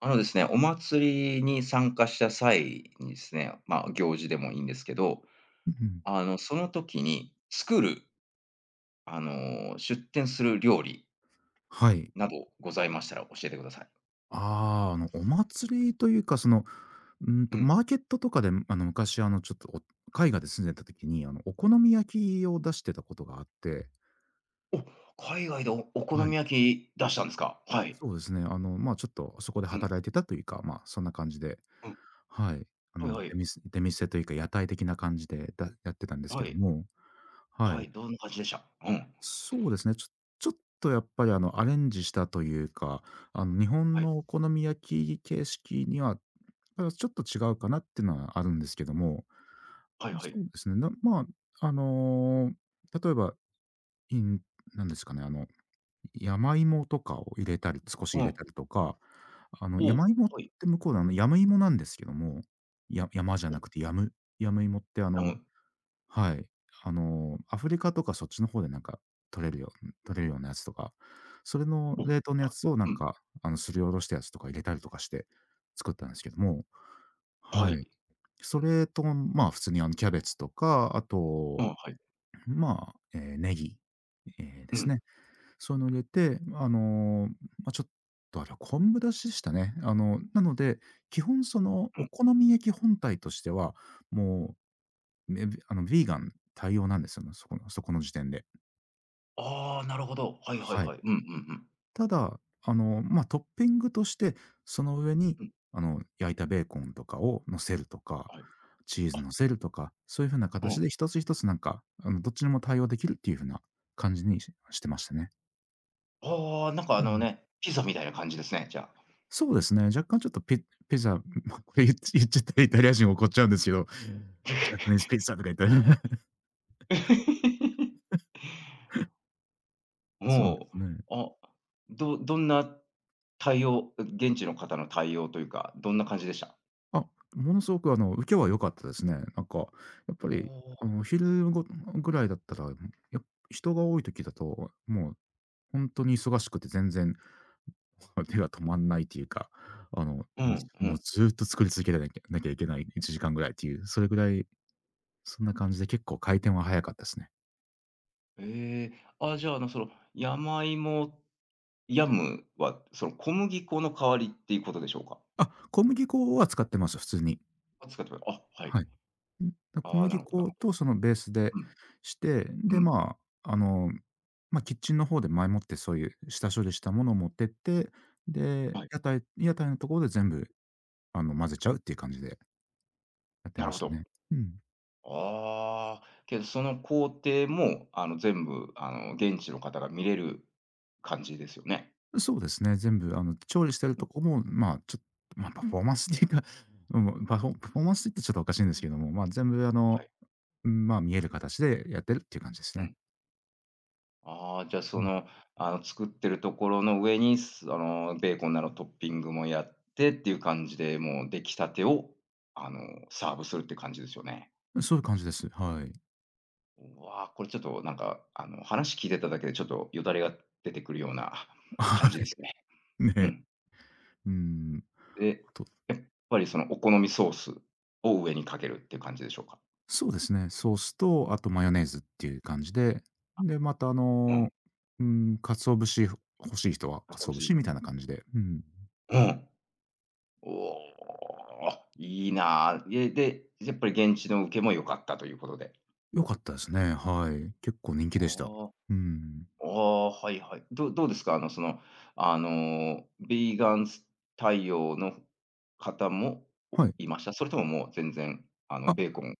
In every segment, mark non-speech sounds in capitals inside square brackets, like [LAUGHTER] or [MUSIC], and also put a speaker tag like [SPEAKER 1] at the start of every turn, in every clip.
[SPEAKER 1] あのですね、お祭りに参加した際にですね、まあ、行事でもいいんですけど、
[SPEAKER 2] うん
[SPEAKER 1] あの、その時に作る、あの、出店する料理
[SPEAKER 2] はい。
[SPEAKER 1] などございましたら教えてください。
[SPEAKER 2] ああ、お祭りというか、
[SPEAKER 1] うん。
[SPEAKER 2] マーケットとかで、昔、ちょっと、海外で住んでた時に、お好み焼きを出してたことがあって、
[SPEAKER 1] お、海外でおお好
[SPEAKER 2] は
[SPEAKER 1] み
[SPEAKER 2] い。
[SPEAKER 1] 焼き出したんですか？はい。
[SPEAKER 2] そうですね、まあ、ちょっとそこで
[SPEAKER 1] うん、
[SPEAKER 2] 働いてたというか、まあ、そんな感じで、
[SPEAKER 1] うん。
[SPEAKER 2] はい。
[SPEAKER 1] はいは
[SPEAKER 2] 出
[SPEAKER 1] い。
[SPEAKER 2] 店出店というか、屋台的な感じで、やってたんですけ
[SPEAKER 1] は
[SPEAKER 2] ど
[SPEAKER 1] い。
[SPEAKER 2] も、は
[SPEAKER 1] は
[SPEAKER 2] い。
[SPEAKER 1] い、どんな感じでした？うん。
[SPEAKER 2] そうですね、ちょっとやっぱり、アレンジしたというか、日本
[SPEAKER 1] はい。
[SPEAKER 2] のお好み焼き形式にはだからちょっと違うかなっていうのはあるんですけども、
[SPEAKER 1] はいはい。
[SPEAKER 2] そうですね、まあ、例えば、いんなんですかね、山芋とかを入れたり、少し
[SPEAKER 1] う
[SPEAKER 2] 入れ
[SPEAKER 1] ん。
[SPEAKER 2] たりとか、あの、
[SPEAKER 1] お
[SPEAKER 2] 山
[SPEAKER 1] お、
[SPEAKER 2] 芋っ
[SPEAKER 1] はい。
[SPEAKER 2] て向こうで、あの、山芋なんですけども、や山じゃ
[SPEAKER 1] お、
[SPEAKER 2] なくてやむ山芋って
[SPEAKER 1] ラム。
[SPEAKER 2] はい、アフリカとかそっちの方でなんか取れるよ取れるようなやつとか、それの
[SPEAKER 1] お、う
[SPEAKER 2] 冷凍のやつをなん
[SPEAKER 1] ん。
[SPEAKER 2] か、すりおろしたやつとか入れたりとかして作ったんですけども、
[SPEAKER 1] は
[SPEAKER 2] は
[SPEAKER 1] い。
[SPEAKER 2] い。それと、まあ、普通にキャベツとか、あ
[SPEAKER 1] うん、
[SPEAKER 2] と、
[SPEAKER 1] はい。
[SPEAKER 2] まあ、ネギ、えーで
[SPEAKER 1] うん、
[SPEAKER 2] す
[SPEAKER 1] う
[SPEAKER 2] ね。そういうのを入れて、まあ、ちょっとあれは昆布出汁でしたね。なので、基本そのお
[SPEAKER 1] ん。
[SPEAKER 2] 好み焼き本体としては、もう、ヴィーガン対応なんですよね、そこの時点で。
[SPEAKER 1] ああ、なるほど。はいはい
[SPEAKER 2] はい。
[SPEAKER 1] はい、うん、お、はい、お、ラム、お、
[SPEAKER 2] ただ、まあ、トッピングとして、その上
[SPEAKER 1] うん、はい、うん、はい、うん、うん。ああ、なるほど。はいはいはい、うん、うん、
[SPEAKER 2] に、
[SPEAKER 1] うん。うん、
[SPEAKER 2] 焼いたベーコンとかを乗せるとか、
[SPEAKER 1] はい。
[SPEAKER 2] チーズ
[SPEAKER 1] あ、
[SPEAKER 2] 乗せるとか、そういう風な
[SPEAKER 1] う
[SPEAKER 2] 形
[SPEAKER 1] ん。
[SPEAKER 2] で一つ一つなんか、どっちにも対応できるっていう風な感じにしてましたね。
[SPEAKER 1] ああ、なんかあ
[SPEAKER 2] う
[SPEAKER 1] の
[SPEAKER 2] ん。
[SPEAKER 1] ね、ピザみたいな感じですね、じゃあ。
[SPEAKER 2] そうですね、若干ちょっとピザ、[LAUGHS] ま、これ言っちゃったらイタリア人怒っちゃうんですけど、ジャパニーズピザとか言ったら、[LAUGHS]
[SPEAKER 1] [LAUGHS]
[SPEAKER 2] そうで
[SPEAKER 1] も
[SPEAKER 2] すね。
[SPEAKER 1] う、あ、どんな対応、現地の方の対応というか、どんな感じでした？
[SPEAKER 2] あ、ものすごく受けは良かったですね。なんか、やっ
[SPEAKER 1] お、
[SPEAKER 2] ぱり、
[SPEAKER 1] おー。
[SPEAKER 2] お昼ごぐらいだったら、や人が多い時だと、もうほんとに忙しくて全然 [LAUGHS] 手が止まんないっていうか、あの、
[SPEAKER 1] うん、う
[SPEAKER 2] もう
[SPEAKER 1] ん。
[SPEAKER 2] ずっと作り続けなきゃいけない1時間ぐらいっていう、それぐらい、そんな感じで結構回転は早かったですね。
[SPEAKER 1] ええ、あ、じゃあ、あの、その、山芋、ヤムは、その、小麦粉の代わりっていうことでしょうか？
[SPEAKER 2] あ、小麦粉は使ってます、普通に。
[SPEAKER 1] あ、使ってもらうあ、はい。
[SPEAKER 2] はい。うん、小
[SPEAKER 1] ああ、な
[SPEAKER 2] 麦
[SPEAKER 1] るほどなる
[SPEAKER 2] 粉
[SPEAKER 1] ほ
[SPEAKER 2] とそのベースで
[SPEAKER 1] ど。うん、
[SPEAKER 2] して、
[SPEAKER 1] う
[SPEAKER 2] で、
[SPEAKER 1] ん、
[SPEAKER 2] まあ、まあ、キッチンの方で前もってそういう下処理したものを持ってって、で、
[SPEAKER 1] はい、
[SPEAKER 2] 屋台のところで全部、混ぜちゃうっていう感じでやって
[SPEAKER 1] なる
[SPEAKER 2] ま
[SPEAKER 1] ほ
[SPEAKER 2] したね。
[SPEAKER 1] ど。
[SPEAKER 2] うん。
[SPEAKER 1] ああ、けどその工程も、あの、全部、あの、現地の方が見れる感じですよね？
[SPEAKER 2] そうですね、全部調理してるとこも、まあ、ちょっと
[SPEAKER 1] う
[SPEAKER 2] まあ、
[SPEAKER 1] ん。
[SPEAKER 2] パフォーマンスっていうか、うん、パフォーマンスって言ってちょっとおかしいんですけども、まあ、全部
[SPEAKER 1] はい。
[SPEAKER 2] うん、まあ、見える形でやってるっていう感じです
[SPEAKER 1] う
[SPEAKER 2] ね。
[SPEAKER 1] ん。ああ、じゃ、そ
[SPEAKER 2] うん。
[SPEAKER 1] の、あの、作ってるところの上に、あの、ベーコンなどトッピングもやってっていう感じで、もう出来たてを、あの、サーブするって感じですよね。
[SPEAKER 2] そういう感じです。はい。
[SPEAKER 1] うわあ、これちょっと、なんか、あの、話聞いてただけでちょっとよだれが出てくるような感じで
[SPEAKER 2] [LAUGHS]
[SPEAKER 1] すね。う
[SPEAKER 2] ね。
[SPEAKER 1] ん。
[SPEAKER 2] うん。
[SPEAKER 1] で、
[SPEAKER 2] あと
[SPEAKER 1] やっぱりそのお好みソースを上にかけるっていう感じでしょうか？
[SPEAKER 2] そうですね。ソースと、あとマヨネーズっていう感じで、で、また
[SPEAKER 1] うん。
[SPEAKER 2] うん、鰹節欲しい人は
[SPEAKER 1] あ、こ
[SPEAKER 2] 鰹
[SPEAKER 1] っ
[SPEAKER 2] 節みたいな感じで、うん。
[SPEAKER 1] うん。おお、いいな。え、で、やっぱり現地の受けも良かったということで。
[SPEAKER 2] 良かったですね。はい。結構人気でした。
[SPEAKER 1] あ
[SPEAKER 2] うん。
[SPEAKER 1] あ、ああ、はいはい。どうですか？あの、その、あの、ビーガン対応の方も、お
[SPEAKER 2] はい。
[SPEAKER 1] いました？それとももう全然、あ
[SPEAKER 2] あ、
[SPEAKER 1] の、
[SPEAKER 2] う
[SPEAKER 1] ベーコン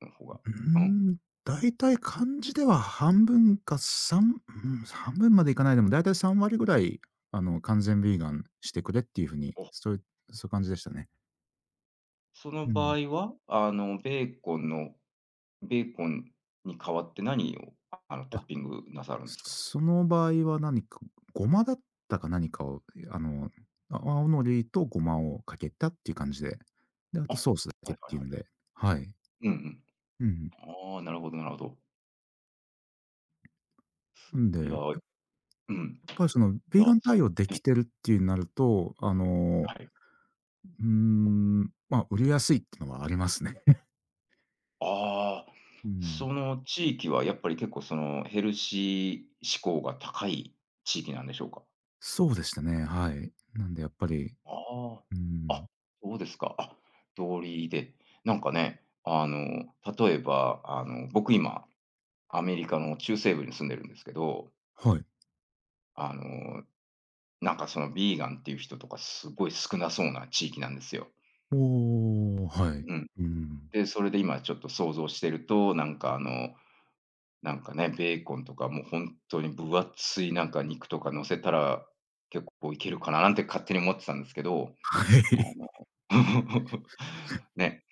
[SPEAKER 1] の方が、
[SPEAKER 2] ー
[SPEAKER 1] うん。
[SPEAKER 2] ん、大体感じでは半分か3うん、半分までいかないでも、大体3割ぐらい、完全ヴィーガンしてくれっていう風に、
[SPEAKER 1] お、
[SPEAKER 2] そういう感じでしたね。
[SPEAKER 1] その
[SPEAKER 2] う
[SPEAKER 1] 場
[SPEAKER 2] ん。
[SPEAKER 1] 合は、あの、ベーコンに代わって何を、あの、トッピングなさるんですか？
[SPEAKER 2] その場合は何か、ごまだったか何かを、あの、青のりとごまをかけたっていう感じで、で、あ
[SPEAKER 1] あ、
[SPEAKER 2] と
[SPEAKER 1] はい
[SPEAKER 2] ソースだ
[SPEAKER 1] は
[SPEAKER 2] けってい
[SPEAKER 1] い
[SPEAKER 2] う
[SPEAKER 1] は
[SPEAKER 2] の
[SPEAKER 1] い。
[SPEAKER 2] で、はい。
[SPEAKER 1] うんうん。
[SPEAKER 2] うん。
[SPEAKER 1] ああ、なるほどなるほど。
[SPEAKER 2] なんで、
[SPEAKER 1] いや、
[SPEAKER 2] や
[SPEAKER 1] うん。
[SPEAKER 2] っぱりそのヴ
[SPEAKER 1] い
[SPEAKER 2] ィ
[SPEAKER 1] や、
[SPEAKER 2] ーガン
[SPEAKER 1] そ
[SPEAKER 2] 対応でき
[SPEAKER 1] ね、
[SPEAKER 2] てるっていうなると、
[SPEAKER 1] はい。
[SPEAKER 2] うーん、まあ、売りやすいってのはありますね。
[SPEAKER 1] ああ、
[SPEAKER 2] [LAUGHS] うん。
[SPEAKER 1] その地域はやっぱり結構そのヘルシー志向が高い地域なんでしょうか？
[SPEAKER 2] そうでしたね、はい。なんでやっぱり、
[SPEAKER 1] あ
[SPEAKER 2] う
[SPEAKER 1] あ、
[SPEAKER 2] ん、
[SPEAKER 1] あ、そうですか。あ、道理で。なんかね、あの、例えば、あの、僕今、アメリカの中西部に住んでるんですけど、
[SPEAKER 2] はい。
[SPEAKER 1] あの、なんかそのビーガンっていう人とかすごい少なそうな地域なんですよ。
[SPEAKER 2] おお、はい。
[SPEAKER 1] うん。
[SPEAKER 2] うん。
[SPEAKER 1] で、それで今ちょっと想像してると、なんかあの、なんかね、ベーコンとかもう本当に分厚いなんか肉とか乗せたら、結構いけるかななんて勝手に思ってたんですけど、
[SPEAKER 2] は
[SPEAKER 1] あの、
[SPEAKER 2] い。
[SPEAKER 1] [LAUGHS] ね、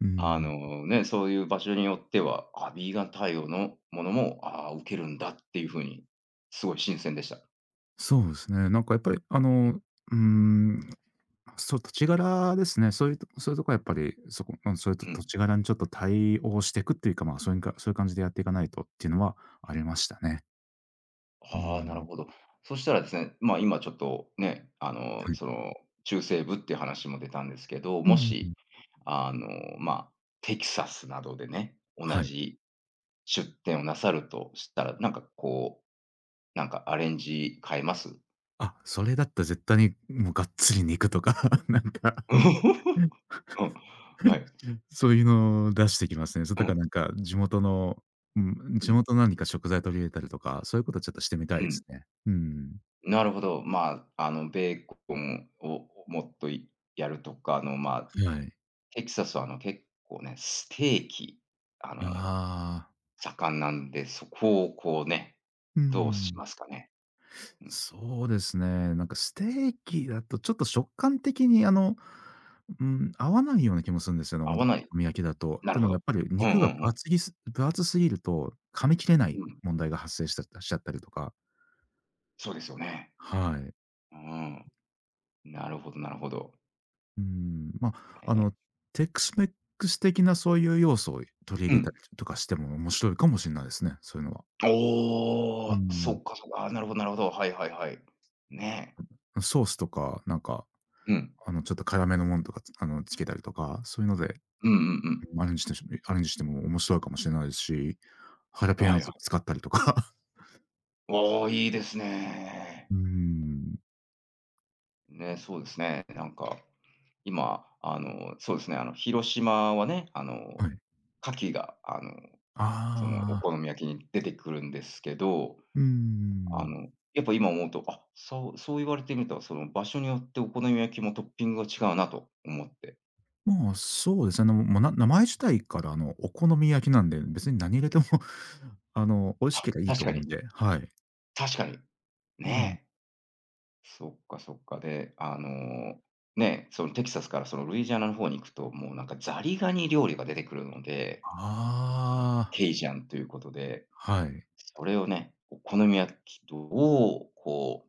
[SPEAKER 2] [LAUGHS] う
[SPEAKER 1] あ
[SPEAKER 2] ん。
[SPEAKER 1] の、ね、そういう場所によっては、あ、ヴィーガン対応のものも、ああ、受けるんだっていう風に、すごい新鮮でした。
[SPEAKER 2] そうですね。なんかやっぱり、
[SPEAKER 1] う
[SPEAKER 2] うーん、そう、土地柄ですね。そういうとこはやっぱり、うん、そういうと土
[SPEAKER 1] ん、
[SPEAKER 2] 地柄にちょっと対応していくっていうか、まあ、そういうかそういう感じでやっていかないとっていうのはありましたね。う
[SPEAKER 1] ああ、なる
[SPEAKER 2] ん。
[SPEAKER 1] ほど。そしたらですね、ま、今ちょっとね、あの、
[SPEAKER 2] はい。
[SPEAKER 1] その、中西部っていう話も出たんですけど、
[SPEAKER 2] うんう
[SPEAKER 1] も
[SPEAKER 2] んう
[SPEAKER 1] し、
[SPEAKER 2] ん。
[SPEAKER 1] あの、まあ、テキサスなどでね、同
[SPEAKER 2] はい。
[SPEAKER 1] じ出店をなさるとしたら、なんかこう、なんかアレンジ変えます？
[SPEAKER 2] あ、それだったら絶対に、もうがっつり肉とか [LAUGHS]、なんか、
[SPEAKER 1] [LAUGHS] うん、はい。
[SPEAKER 2] そういうのを出してきますね。
[SPEAKER 1] う
[SPEAKER 2] だか
[SPEAKER 1] ん、
[SPEAKER 2] らなんか地元の、うん、
[SPEAKER 1] う
[SPEAKER 2] 地
[SPEAKER 1] ん、
[SPEAKER 2] 元の何か食材取り入れたりとか、そういうことちょっとしてみた
[SPEAKER 1] う
[SPEAKER 2] いで
[SPEAKER 1] ん。
[SPEAKER 2] すね。うん。
[SPEAKER 1] なるほど。まあ、あの、ベーコンをもっとやるとか、あの、まあ、
[SPEAKER 2] はい。
[SPEAKER 1] テキサスはあの、結構ね、ステーキ、あ
[SPEAKER 2] あ
[SPEAKER 1] の、
[SPEAKER 2] あ。
[SPEAKER 1] 盛んなんで、そこをこうね、
[SPEAKER 2] う
[SPEAKER 1] どうし
[SPEAKER 2] ん
[SPEAKER 1] ますかね？うん。
[SPEAKER 2] そうですね。なんかステーキだとちょっと食感的にうん、合わないような気もするんですよね、
[SPEAKER 1] 合
[SPEAKER 2] お
[SPEAKER 1] わ
[SPEAKER 2] 好
[SPEAKER 1] ない。
[SPEAKER 2] み焼きだと。っ
[SPEAKER 1] なる
[SPEAKER 2] て
[SPEAKER 1] ほ
[SPEAKER 2] のはや
[SPEAKER 1] ど。
[SPEAKER 2] っぱり
[SPEAKER 1] うんうん
[SPEAKER 2] 肉
[SPEAKER 1] う
[SPEAKER 2] が
[SPEAKER 1] ん。
[SPEAKER 2] 分厚すぎると噛み切れない
[SPEAKER 1] うん。
[SPEAKER 2] 問題が発生しちゃったりとか。
[SPEAKER 1] そうですよね。
[SPEAKER 2] はい。
[SPEAKER 1] うん。なるほどなるほど。
[SPEAKER 2] うん、まあ、
[SPEAKER 1] え
[SPEAKER 2] テックスメックス的なそういう要素を取り入
[SPEAKER 1] ー、う
[SPEAKER 2] れた
[SPEAKER 1] ん。
[SPEAKER 2] りとかしても面白いかもしれないですね、そういうのは。
[SPEAKER 1] お
[SPEAKER 2] う
[SPEAKER 1] お、そ
[SPEAKER 2] ん。
[SPEAKER 1] っかそっか。あ、なるほどなるほど。はいはいはい。ねえ。
[SPEAKER 2] ソースとか、なんか、
[SPEAKER 1] うん。
[SPEAKER 2] ちょっと辛めのものとか、つけたりとか、そういうので
[SPEAKER 1] うんうん
[SPEAKER 2] アレンジしても面白いかもしれないですし、ハラ
[SPEAKER 1] うん。
[SPEAKER 2] ペーニ
[SPEAKER 1] は
[SPEAKER 2] ョ
[SPEAKER 1] いはい。
[SPEAKER 2] 使ったりとか。
[SPEAKER 1] おお、いいですね。
[SPEAKER 2] うーん。
[SPEAKER 1] ね、そうですね。なんか、今、あの、そうですね、あの、広島はね、あ
[SPEAKER 2] は
[SPEAKER 1] の、
[SPEAKER 2] い。
[SPEAKER 1] 牡蠣が、あの、その、お
[SPEAKER 2] ああ、
[SPEAKER 1] 好み焼きに出てくるんですけど、
[SPEAKER 2] うー
[SPEAKER 1] あ
[SPEAKER 2] ん。
[SPEAKER 1] の、やっぱ今思うと、あ、そう、そう言われてみたら、その、場所によってお好み焼きもトッピングが違うなと思って。
[SPEAKER 2] まあ、そうですね。もう、名前自体からお好み焼きなんで、別に何入れても、[LAUGHS] 美味し
[SPEAKER 1] あ、
[SPEAKER 2] けりゃいい
[SPEAKER 1] 確
[SPEAKER 2] と
[SPEAKER 1] か
[SPEAKER 2] 思
[SPEAKER 1] に、
[SPEAKER 2] うんで、はい。
[SPEAKER 1] 確かに。
[SPEAKER 2] うん。
[SPEAKER 1] ねえ。そっかそっか。で、あの、ね、そのテキサスからそのルイジアナの方に行くと、もうなんかザリガニ料理が出てくるので、
[SPEAKER 2] ああ、
[SPEAKER 1] ケイジャンということで、
[SPEAKER 2] はい。
[SPEAKER 1] それをね、お好み焼きど、うこう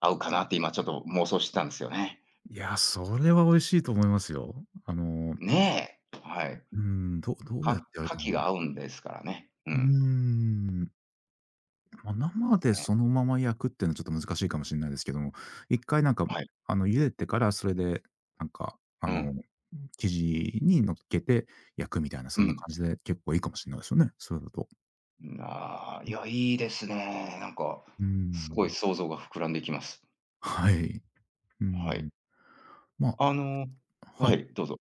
[SPEAKER 1] 合うかなって今ちょっと妄想してたんですよね。
[SPEAKER 2] いや、それは美味しいと思いますよ。
[SPEAKER 1] ねえ、はい。
[SPEAKER 2] うーん、どうやっ
[SPEAKER 1] か、
[SPEAKER 2] てやるか
[SPEAKER 1] 牡蠣
[SPEAKER 2] な。
[SPEAKER 1] が合うんですからね。う
[SPEAKER 2] うー
[SPEAKER 1] ん。
[SPEAKER 2] ん。まあ、生で
[SPEAKER 1] ね、
[SPEAKER 2] そのまま焼くっていうのはちょっと難しいかもしれないですけども、一回なんか、
[SPEAKER 1] はい。
[SPEAKER 2] 茹でてからそれで、なんか、
[SPEAKER 1] うん。
[SPEAKER 2] 生地に乗っけて焼くみたいな、
[SPEAKER 1] う
[SPEAKER 2] そんな
[SPEAKER 1] ん。
[SPEAKER 2] 感じで結構いいかもしれないですよね、それだと。
[SPEAKER 1] なあ、いや、いいですね。なんか、
[SPEAKER 2] うー
[SPEAKER 1] すごい
[SPEAKER 2] ん。
[SPEAKER 1] 想像が膨らんでいきます。
[SPEAKER 2] はい。うー
[SPEAKER 1] は
[SPEAKER 2] ん。
[SPEAKER 1] い。
[SPEAKER 2] まあ、
[SPEAKER 1] あの
[SPEAKER 2] は
[SPEAKER 1] は
[SPEAKER 2] い。
[SPEAKER 1] い、どうぞ。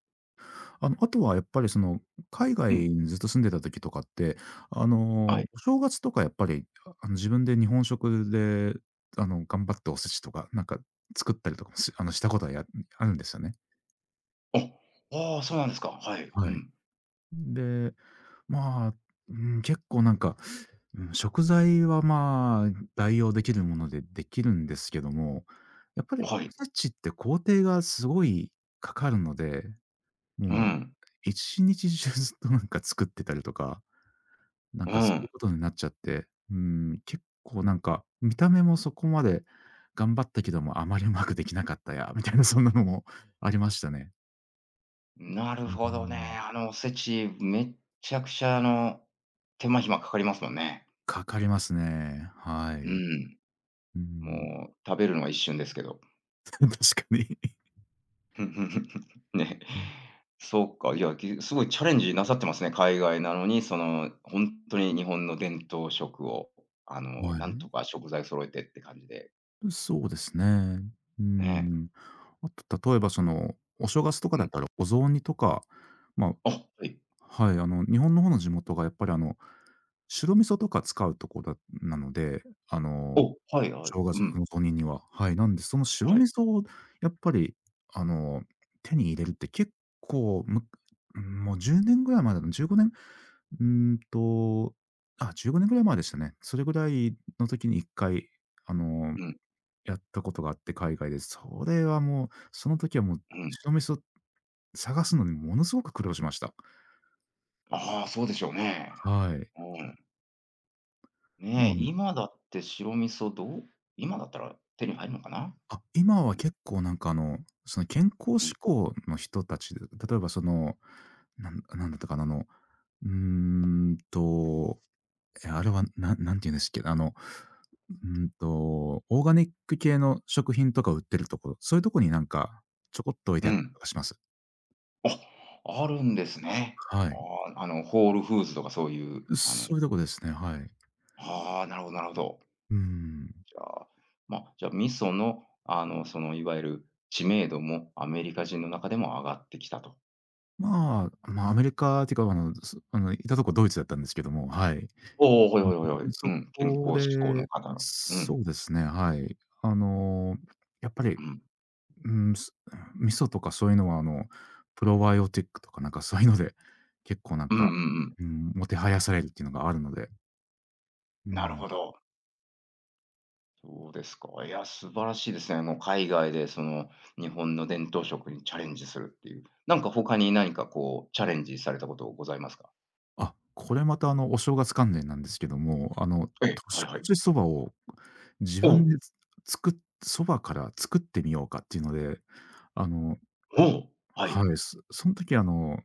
[SPEAKER 2] あとはやっぱりその、海
[SPEAKER 1] う
[SPEAKER 2] 外
[SPEAKER 1] ん。
[SPEAKER 2] にずっと住んでた時とかって、
[SPEAKER 1] はい。
[SPEAKER 2] お正月とかやっぱり、自分で日本食で、頑張っておせちとか、なんか作ったりとかもしたことはあるんですよね。
[SPEAKER 1] あ、ああ、そうなんですか。はい。う
[SPEAKER 2] はい。
[SPEAKER 1] ん。
[SPEAKER 2] で、まあ、うん、結構なんか、うん、食材はまあ、代用できるものでできるんですけども、やっぱりお
[SPEAKER 1] はい。
[SPEAKER 2] せちって工程がすごいかかるので、
[SPEAKER 1] う
[SPEAKER 2] もう、
[SPEAKER 1] ん。
[SPEAKER 2] 一日中ずっとなんか作ってたりとかなん
[SPEAKER 1] う
[SPEAKER 2] かそういう
[SPEAKER 1] ん。
[SPEAKER 2] ことになっちゃって、うん、結構なんか、見た目もそこまで頑張ったけども、あまりうまくできなかったや、みたいなそんなのもありましたね。
[SPEAKER 1] なる
[SPEAKER 2] うー
[SPEAKER 1] ほどね。
[SPEAKER 2] ん。
[SPEAKER 1] あの、おせち、めっちゃくちゃ、あの、手間暇かかりますもんね。
[SPEAKER 2] かかりますね。は
[SPEAKER 1] う
[SPEAKER 2] い。
[SPEAKER 1] ん。
[SPEAKER 2] うん。
[SPEAKER 1] もう食べるのは一瞬ですけど。[LAUGHS]
[SPEAKER 2] [LAUGHS] 確かに。
[SPEAKER 1] ふんふんふんふん、ね。
[SPEAKER 2] うん、
[SPEAKER 1] そうか、いや、すごいチャレンジなさってますね。海外なのに、その、ほんとに日本の伝統食を、あの、
[SPEAKER 2] はい。
[SPEAKER 1] なんとか食材揃えてって感じで、
[SPEAKER 2] そうですね。う
[SPEAKER 1] ね。
[SPEAKER 2] ん。あと例えばその、お正月とか
[SPEAKER 1] う
[SPEAKER 2] だっ
[SPEAKER 1] ん。
[SPEAKER 2] たらお雑煮とか、ま
[SPEAKER 1] あ、はい。
[SPEAKER 2] あ、はい、日本の方の地元がやっぱり白味噌とか使うとこなので、あの、
[SPEAKER 1] お、はいはい。
[SPEAKER 2] 正月
[SPEAKER 1] うん。
[SPEAKER 2] の雑煮には。はい、なんでその白
[SPEAKER 1] は
[SPEAKER 2] 味
[SPEAKER 1] い。
[SPEAKER 2] 噌をやっぱりあの、手に入れるって結構、むもう10年ぐらい前だと15年、うーんと、あ、15年ぐらい前でしたね。それぐらいの時に1回あの、
[SPEAKER 1] うん、
[SPEAKER 2] やったことがあって、海外で。それはもう、その時はもう
[SPEAKER 1] うん。
[SPEAKER 2] 白味噌探すのにものすごく苦労しました。
[SPEAKER 1] ああ、そうでしょうね。
[SPEAKER 2] はい。
[SPEAKER 1] うん。
[SPEAKER 2] ま
[SPEAKER 1] ねえ、
[SPEAKER 2] あ
[SPEAKER 1] 今だって白味噌どう今だったら手に入るのかな？
[SPEAKER 2] 今
[SPEAKER 1] う
[SPEAKER 2] は
[SPEAKER 1] ん、
[SPEAKER 2] 結構その健康
[SPEAKER 1] うん、
[SPEAKER 2] 志向の人たちで、例えばその、なんなんだったかな、うーんと、あれはなんなんて言うんですっけ、オーガニック系の食品とか売ってるところ、そういうとこになんか、ちょこっと置いて
[SPEAKER 1] う
[SPEAKER 2] あったり
[SPEAKER 1] ん。
[SPEAKER 2] とかします。
[SPEAKER 1] あ、あるんですね。
[SPEAKER 2] は
[SPEAKER 1] あ
[SPEAKER 2] い。
[SPEAKER 1] あ、あの、ホールフーズとかそういう、あの、
[SPEAKER 2] そういうとこですね、はい。
[SPEAKER 1] ああ、なるほどなるほど。
[SPEAKER 2] うん。
[SPEAKER 1] じゃあ、まあ、じゃあ、味噌の、あの、その、いわゆる知名度もアメリカ人の中でも上がってきたと。
[SPEAKER 2] まあ、まあ、アメリカっていうか、いたとこドイツだったんですけども、はい。
[SPEAKER 1] おお、ほいほいほいほい。
[SPEAKER 2] うん、
[SPEAKER 1] う
[SPEAKER 2] そ
[SPEAKER 1] ん、健
[SPEAKER 2] こ
[SPEAKER 1] 康志向
[SPEAKER 2] で、
[SPEAKER 1] の方の。う
[SPEAKER 2] そ
[SPEAKER 1] ん、
[SPEAKER 2] うですね、はい。あの、やっぱ
[SPEAKER 1] う
[SPEAKER 2] り、
[SPEAKER 1] ん。
[SPEAKER 2] うん、す味噌とかそういうのは、プロバイオティックとかなんかそういうので、結構なん
[SPEAKER 1] うんうんう
[SPEAKER 2] か、
[SPEAKER 1] ん。
[SPEAKER 2] うん、もてはやされるっていうのがあるので、う
[SPEAKER 1] なる
[SPEAKER 2] ん。
[SPEAKER 1] ほど。そうですか。いや、素晴らしいですね。あの、海外でその、日本の伝統食にチャレンジするっていう。なんか他に何かこう、チャレンジされたことございますか？
[SPEAKER 2] あ、これまた、お正月関連なんですけども、
[SPEAKER 1] ええ、は
[SPEAKER 2] 年
[SPEAKER 1] いはい。
[SPEAKER 2] 越しそばを自
[SPEAKER 1] お
[SPEAKER 2] 分
[SPEAKER 1] お、
[SPEAKER 2] でつ作っそばから作ってみようかっていうので、あの、
[SPEAKER 1] おお、は
[SPEAKER 2] は
[SPEAKER 1] い。
[SPEAKER 2] い、その時あの、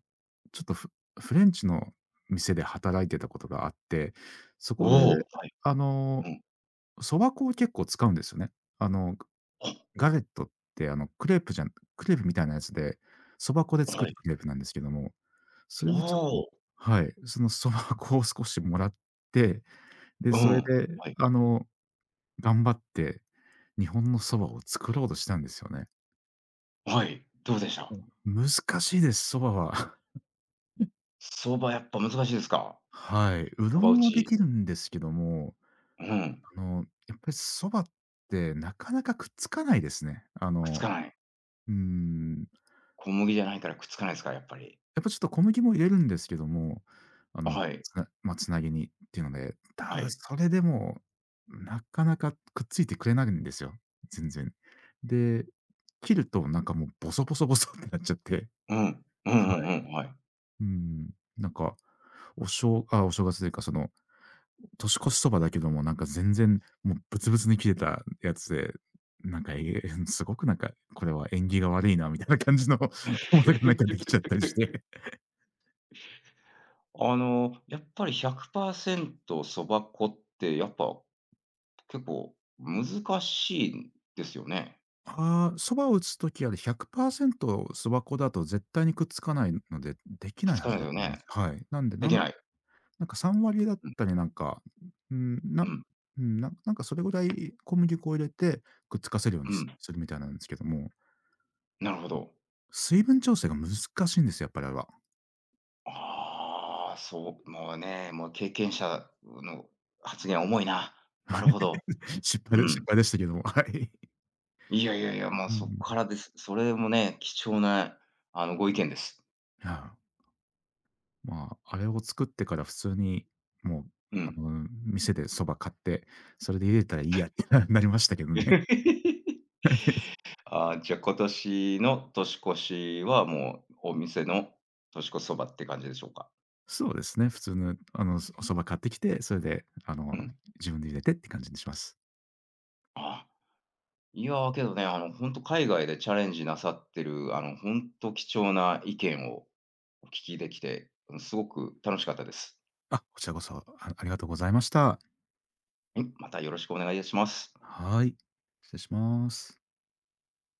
[SPEAKER 2] ちょっとフフレンチの店で働いてたことがあって、そこで
[SPEAKER 1] おお、はい。
[SPEAKER 2] あ
[SPEAKER 1] う
[SPEAKER 2] の、
[SPEAKER 1] ん。
[SPEAKER 2] そば粉を結構使うんですよね。あの、
[SPEAKER 1] あ、
[SPEAKER 2] ガレットってあのクレープじゃんクレープみたいなやつで、そば粉で作
[SPEAKER 1] は
[SPEAKER 2] る
[SPEAKER 1] い。
[SPEAKER 2] クレープなんですけども、そ
[SPEAKER 1] お
[SPEAKER 2] れでちょっと
[SPEAKER 1] お、
[SPEAKER 2] はい、そのそば粉を少しもらって、で、
[SPEAKER 1] う
[SPEAKER 2] それ
[SPEAKER 1] ん。
[SPEAKER 2] で
[SPEAKER 1] はい。
[SPEAKER 2] あの、頑張って日本のそばを作ろうとしたんですよね。
[SPEAKER 1] はい、どうでし
[SPEAKER 2] で
[SPEAKER 1] た？
[SPEAKER 2] も難しいです、そばは。
[SPEAKER 1] 蕎麦やっぱ難しいですか？
[SPEAKER 2] はい。う
[SPEAKER 1] 相
[SPEAKER 2] ど
[SPEAKER 1] 場打
[SPEAKER 2] んはで
[SPEAKER 1] ち。
[SPEAKER 2] きるんですけども、
[SPEAKER 1] うん、
[SPEAKER 2] やっぱりそばってなかなかくっつかないですね。
[SPEAKER 1] くっつかない。
[SPEAKER 2] うーん、
[SPEAKER 1] 小麦じゃないからくっつかないですか？やっぱり。
[SPEAKER 2] やっぱちょっと小麦も入れるんですけども、
[SPEAKER 1] あ、はい、
[SPEAKER 2] つなぎにっていうので、た
[SPEAKER 1] は
[SPEAKER 2] だ
[SPEAKER 1] い。
[SPEAKER 2] それでもなかなかくっついてくれないんですよ、全然。で、切るとなんかもうボソボソボソってなっちゃって、
[SPEAKER 1] うん。うんうん
[SPEAKER 2] はい。
[SPEAKER 1] うん、はい。
[SPEAKER 2] うーん、なんか、おしょうあ、お正月というかその年越しそばだけども、なんか全然、もうブツブツに切れたやつで、[LAUGHS] すごくなんか、これは縁起が悪いなみたいな感じの [LAUGHS] ものがなんかでき
[SPEAKER 1] [LAUGHS]
[SPEAKER 2] ちゃったりして。
[SPEAKER 1] あの、やっぱり100%そば粉ってやっぱ結構難しいんですよね。
[SPEAKER 2] ああ、蕎麦を打つときあれ100%蕎麦粉だと絶対にくっつかないので、でき
[SPEAKER 1] くっ
[SPEAKER 2] ない
[SPEAKER 1] つか
[SPEAKER 2] は
[SPEAKER 1] な
[SPEAKER 2] ず
[SPEAKER 1] いで
[SPEAKER 2] だ
[SPEAKER 1] す
[SPEAKER 2] と
[SPEAKER 1] よ
[SPEAKER 2] 思います。
[SPEAKER 1] ね。
[SPEAKER 2] はい。なんで、
[SPEAKER 1] で
[SPEAKER 2] な
[SPEAKER 1] き
[SPEAKER 2] ん
[SPEAKER 1] ない。
[SPEAKER 2] なんか3割だっ
[SPEAKER 1] うん、
[SPEAKER 2] たりなんか、うん、
[SPEAKER 1] う
[SPEAKER 2] な
[SPEAKER 1] ん、
[SPEAKER 2] なんかそれぐらい小麦粉を入れて、くっつかせるよう
[SPEAKER 1] う
[SPEAKER 2] にす
[SPEAKER 1] ん。
[SPEAKER 2] するみたいなんですけども、
[SPEAKER 1] なるほど。
[SPEAKER 2] 水分調整が難しいんですよ、やっぱりあれは。
[SPEAKER 1] ああ、そう、もうね、もう経験者の発言重いな。なるほど。
[SPEAKER 2] [LAUGHS] 失敗
[SPEAKER 1] う
[SPEAKER 2] で失
[SPEAKER 1] ん。
[SPEAKER 2] 敗でしたけども、[LAUGHS] はい。
[SPEAKER 1] いやいやいや、もう
[SPEAKER 2] う
[SPEAKER 1] そこか
[SPEAKER 2] ん。
[SPEAKER 1] らです。それもね、貴重な、あの、ご意見です。
[SPEAKER 2] ああ、あれを作ってから普通に、もう、
[SPEAKER 1] うん。
[SPEAKER 2] 店でそば買って、それで茹でたらいいやって [LAUGHS] なりましたけどね。
[SPEAKER 1] [LAUGHS]
[SPEAKER 2] [LAUGHS]
[SPEAKER 1] ああ、じゃ、今年の年越しは、もうお店の年越しそばって感じでしょうか？
[SPEAKER 2] そうですね、普通の、蕎買ってきて、それで、
[SPEAKER 1] うん。
[SPEAKER 2] 自分で茹でてって感じにします。
[SPEAKER 1] あ、いや、けどね、あの、本当海外でチャレンジなさってる、あの、本当貴重な意見をお聞きできて、うん、すごく楽しかったです。
[SPEAKER 2] あ、こちらこそ、ありがとうございました。
[SPEAKER 1] はい、またよろしくお願いいたします。
[SPEAKER 2] はい。失礼します。